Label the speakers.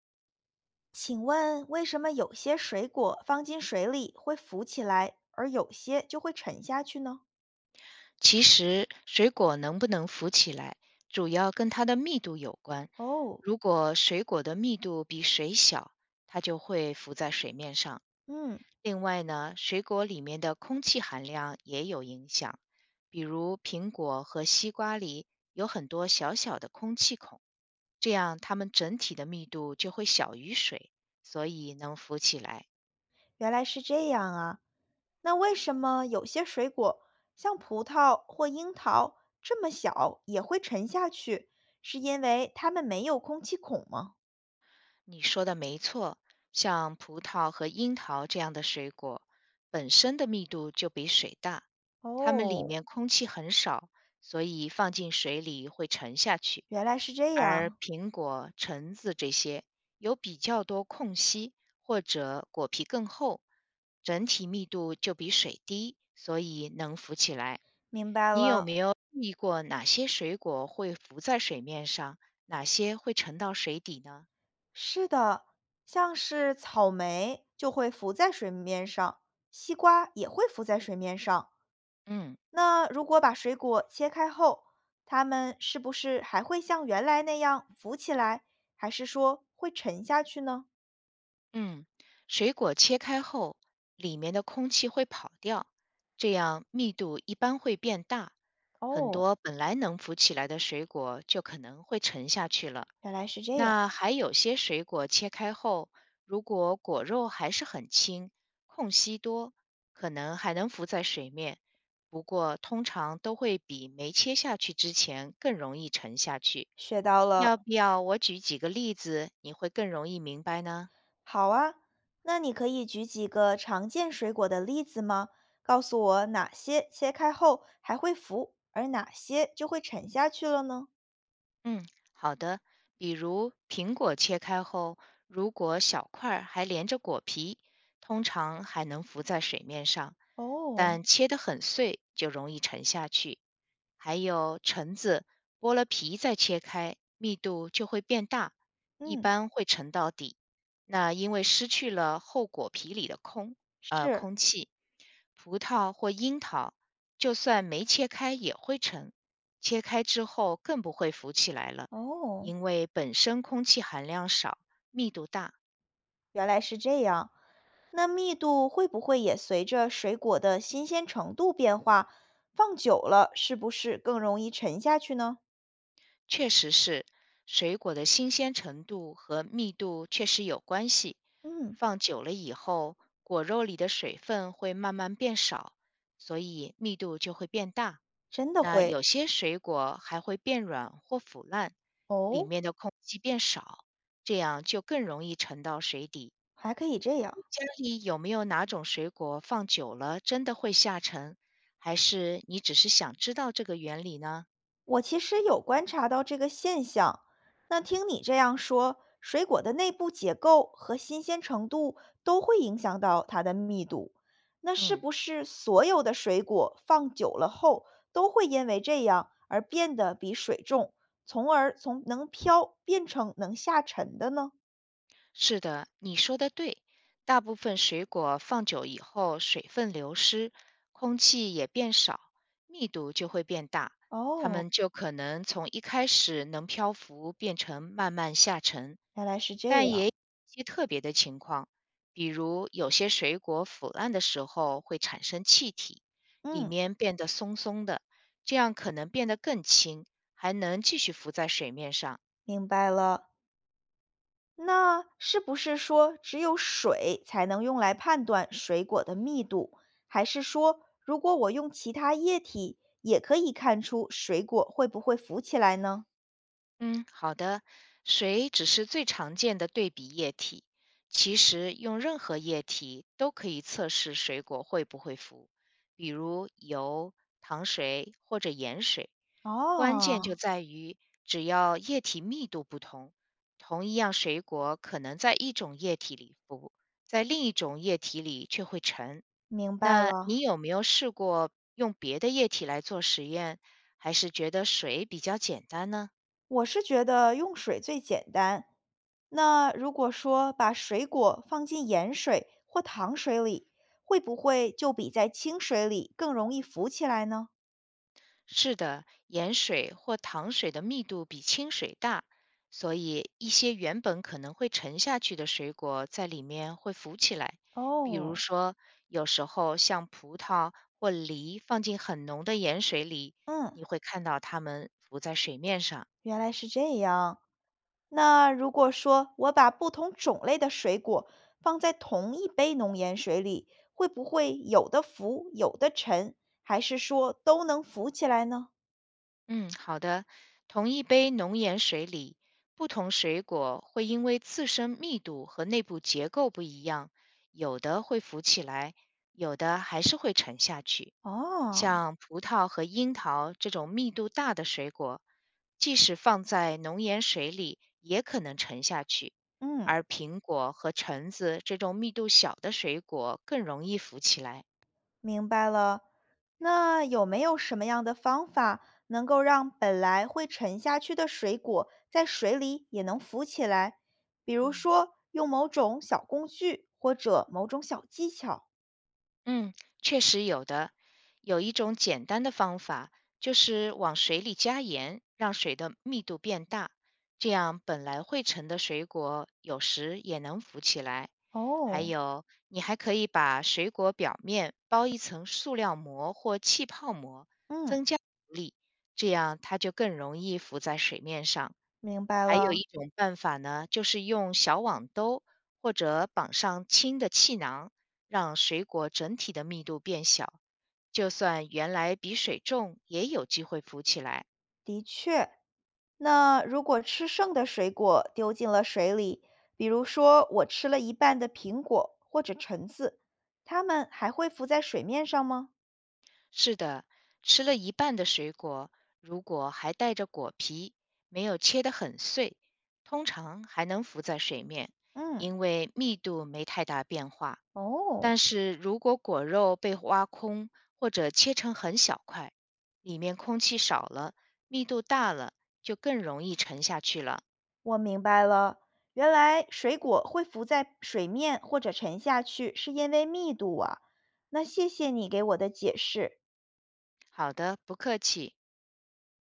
Speaker 1: 请问为什么有些水果放进水里会浮起来，而有些就会沉下去呢？
Speaker 2: 其实，水果能不能浮起来，主要跟它的密度有关。
Speaker 1: 哦，
Speaker 2: 如果水果的密度比水小，它就会浮在水面上。
Speaker 1: 嗯，
Speaker 2: 另外呢，水果里面的空气含量也有影响，比如苹果和西瓜里有很多小小的空气孔，这样它们整体的密度就会小于水，所以能浮起来。
Speaker 1: 原来是这样啊。那为什么有些水果，像葡萄或樱桃，这么小也会沉下去？是因为它们没有空气孔吗？
Speaker 2: 你说的没错，像葡萄和樱桃这样的水果，本身的密度就比水大，它们里
Speaker 1: 哦，
Speaker 2: 面空气很少，所以放进水里会沉下去。
Speaker 1: 原来是这
Speaker 2: 而
Speaker 1: 样，
Speaker 2: 苹果、橙子这些有比较多空隙，或者果皮更厚，整体密度就比水低，所以能浮起来。
Speaker 1: 明白
Speaker 2: 你有
Speaker 1: 了。
Speaker 2: 没有注意过哪些水果会浮在水面上，哪些会沉到水底呢？
Speaker 1: 是的，像是草莓就会浮在水面上，西瓜也会浮在水面上。
Speaker 2: 嗯。
Speaker 1: 那如果把水果切开后，它们是不是还会像原来那样浮起来，还是说会沉下去呢？
Speaker 2: 嗯，水果切开后，里面的空气会跑掉，这样密度一般会变大，很
Speaker 1: 哦，
Speaker 2: 多本来能浮起来的水果就可能会沉下去了。
Speaker 1: 原来是这样，
Speaker 2: 那还有些水果切开后，如果果肉还是很轻，空隙多，可能还能浮在水面，不过通常都会比没切下去之前更容易沉下去。
Speaker 1: 学到
Speaker 2: 要
Speaker 1: 了。
Speaker 2: 不要我举几个例子，你会更容易明白呢？
Speaker 1: 好啊，那你可以举几个常见水果的例子吗？告诉我哪些切开后还会浮，而哪些就会沉下去了呢？
Speaker 2: 嗯，好的。比如苹果切开后，如果小块儿还连着果皮，通常还能浮在水面上，
Speaker 1: 哦，
Speaker 2: 但切得很碎就容易沉下去。还有橙子，剥了皮再切开，密度就会变大，一
Speaker 1: 嗯，
Speaker 2: 般会沉到底。那因为失去了后果皮里的空，
Speaker 1: 是，
Speaker 2: 空气。葡萄或樱桃，就算没切开也会沉，切开之后更不会浮起来了，
Speaker 1: 哦，
Speaker 2: 因为本身空气含量少，密度大，
Speaker 1: 原来是这样。那密度会不会也随着水果的新鲜程度变化？放久了是不是更容易沉下去呢？
Speaker 2: 确实是水果的新鲜程度和密度确实有关系。
Speaker 1: 嗯，
Speaker 2: 放久了以后，果肉里的水分会慢慢变少，所以密度就会变大。
Speaker 1: 真的
Speaker 2: 那
Speaker 1: 会
Speaker 2: 有些水果还会变软或腐烂，里
Speaker 1: 哦，
Speaker 2: 面的空气变少，这样就更容易沉到水底。
Speaker 1: 还可以这样。
Speaker 2: 家里有没有哪种水果放久了真的会下沉？还是你只是想知道这个原理呢？
Speaker 1: 我其实有观察到这个现象。那听你这样说，水果的内部结构和新鲜程度都会影响到它的密度。那是
Speaker 2: 嗯。
Speaker 1: 不是所有的水果放久了后都会因为这样而变得比水重，从而从能飘变成能下沉的呢？
Speaker 2: 是的，你说的对。大部分水果放久以后，水分流失，空气也变少，密度就会变大，它
Speaker 1: 哦，
Speaker 2: 们就可能从一开始能漂浮，变成慢慢下沉。
Speaker 1: 原来是这
Speaker 2: 但也有
Speaker 1: 样。
Speaker 2: 一些特别的情况，比如有些水果腐烂的时候会产生气体，里
Speaker 1: 嗯，
Speaker 2: 面变得松松的，这样可能变得更轻，还能继续浮在水面上。
Speaker 1: 明白了。那是不是说只有水才能用来判断水果的密度？还是说，如果我用其他液体，也可以看出水果会不会浮起来呢？
Speaker 2: 嗯，好的。水只是最常见的对比液体，其实用任何液体都可以测试水果会不会浮。比如油、糖水或者盐水。关键就
Speaker 1: 哦，
Speaker 2: 在于，只要液体密度不同，同一样水果可能在一种液体里浮，在另一种液体里却会沉。
Speaker 1: 明白
Speaker 2: 那
Speaker 1: 了。
Speaker 2: 你有没有试过用别的液体来做实验，还是觉得水比较简单呢？
Speaker 1: 我是觉得用水最简单。那如果说把水果放进盐水或糖水里，会不会就比在清水里更容易浮起来呢？
Speaker 2: 是的，盐水或糖水的密度比清水大，所以一些原本可能会沉下去的水果在里面会浮起来。比如
Speaker 1: 哦，
Speaker 2: 说，有时候像葡萄或梨放进很浓的盐水里，
Speaker 1: 嗯，
Speaker 2: 你会看到它们浮在水面上。
Speaker 1: 原来是这样。那如果说我把不同种类的水果放在同一杯浓盐水里，会不会有的浮，有的沉，还是说都能浮起来呢？
Speaker 2: 嗯，好的。同一杯浓盐水里，不同水果会因为自身密度和内部结构不一样，有的会浮起来，有的还是会沉下去。
Speaker 1: 哦，
Speaker 2: 像葡萄和樱桃这种密度大的水果，即使放在浓盐水里也可能沉下去，
Speaker 1: 嗯，
Speaker 2: 而苹果和橙子这种密度小的水果更容易浮起来。
Speaker 1: 明白了。那有没有什么样的方法能够让本来会沉下去的水果在水里也能浮起来？比如
Speaker 2: 嗯，
Speaker 1: 说用某种小工具或者某种小技巧。
Speaker 2: 嗯，确实有的。有一种简单的方法，就是往水里加盐，让水的密度变大，这样本来会沉的水果有时也能浮起来。还
Speaker 1: 哦，
Speaker 2: 有，你还可以把水果表面包一层塑料膜或气泡膜，
Speaker 1: 嗯，
Speaker 2: 增加浮力，这样它就更容易浮在水面上。
Speaker 1: 明白
Speaker 2: 还有
Speaker 1: 了，
Speaker 2: 一种办法呢，就是用小网兜或者绑上轻的气囊，让水果整体的密度变小，就算原来比水重，也有机会浮起来。
Speaker 1: 的确。那如果吃剩的水果丢进了水里，比如说我吃了一半的苹果或者橙子，它们还会浮在水面上吗？
Speaker 2: 是的，吃了一半的水果，如果还带着果皮，没有切得很碎，通常还能浮在水面，
Speaker 1: 嗯，
Speaker 2: 因为密度没太大变化。
Speaker 1: 哦，
Speaker 2: 但是如果果肉被挖空或者切成很小块，里面空气少了，密度大了，就更容易沉下去了。
Speaker 1: 我明白了，原来水果会浮在水面或者沉下去，是因为密度啊。那谢谢你给我的解释。
Speaker 2: 好的，不客气。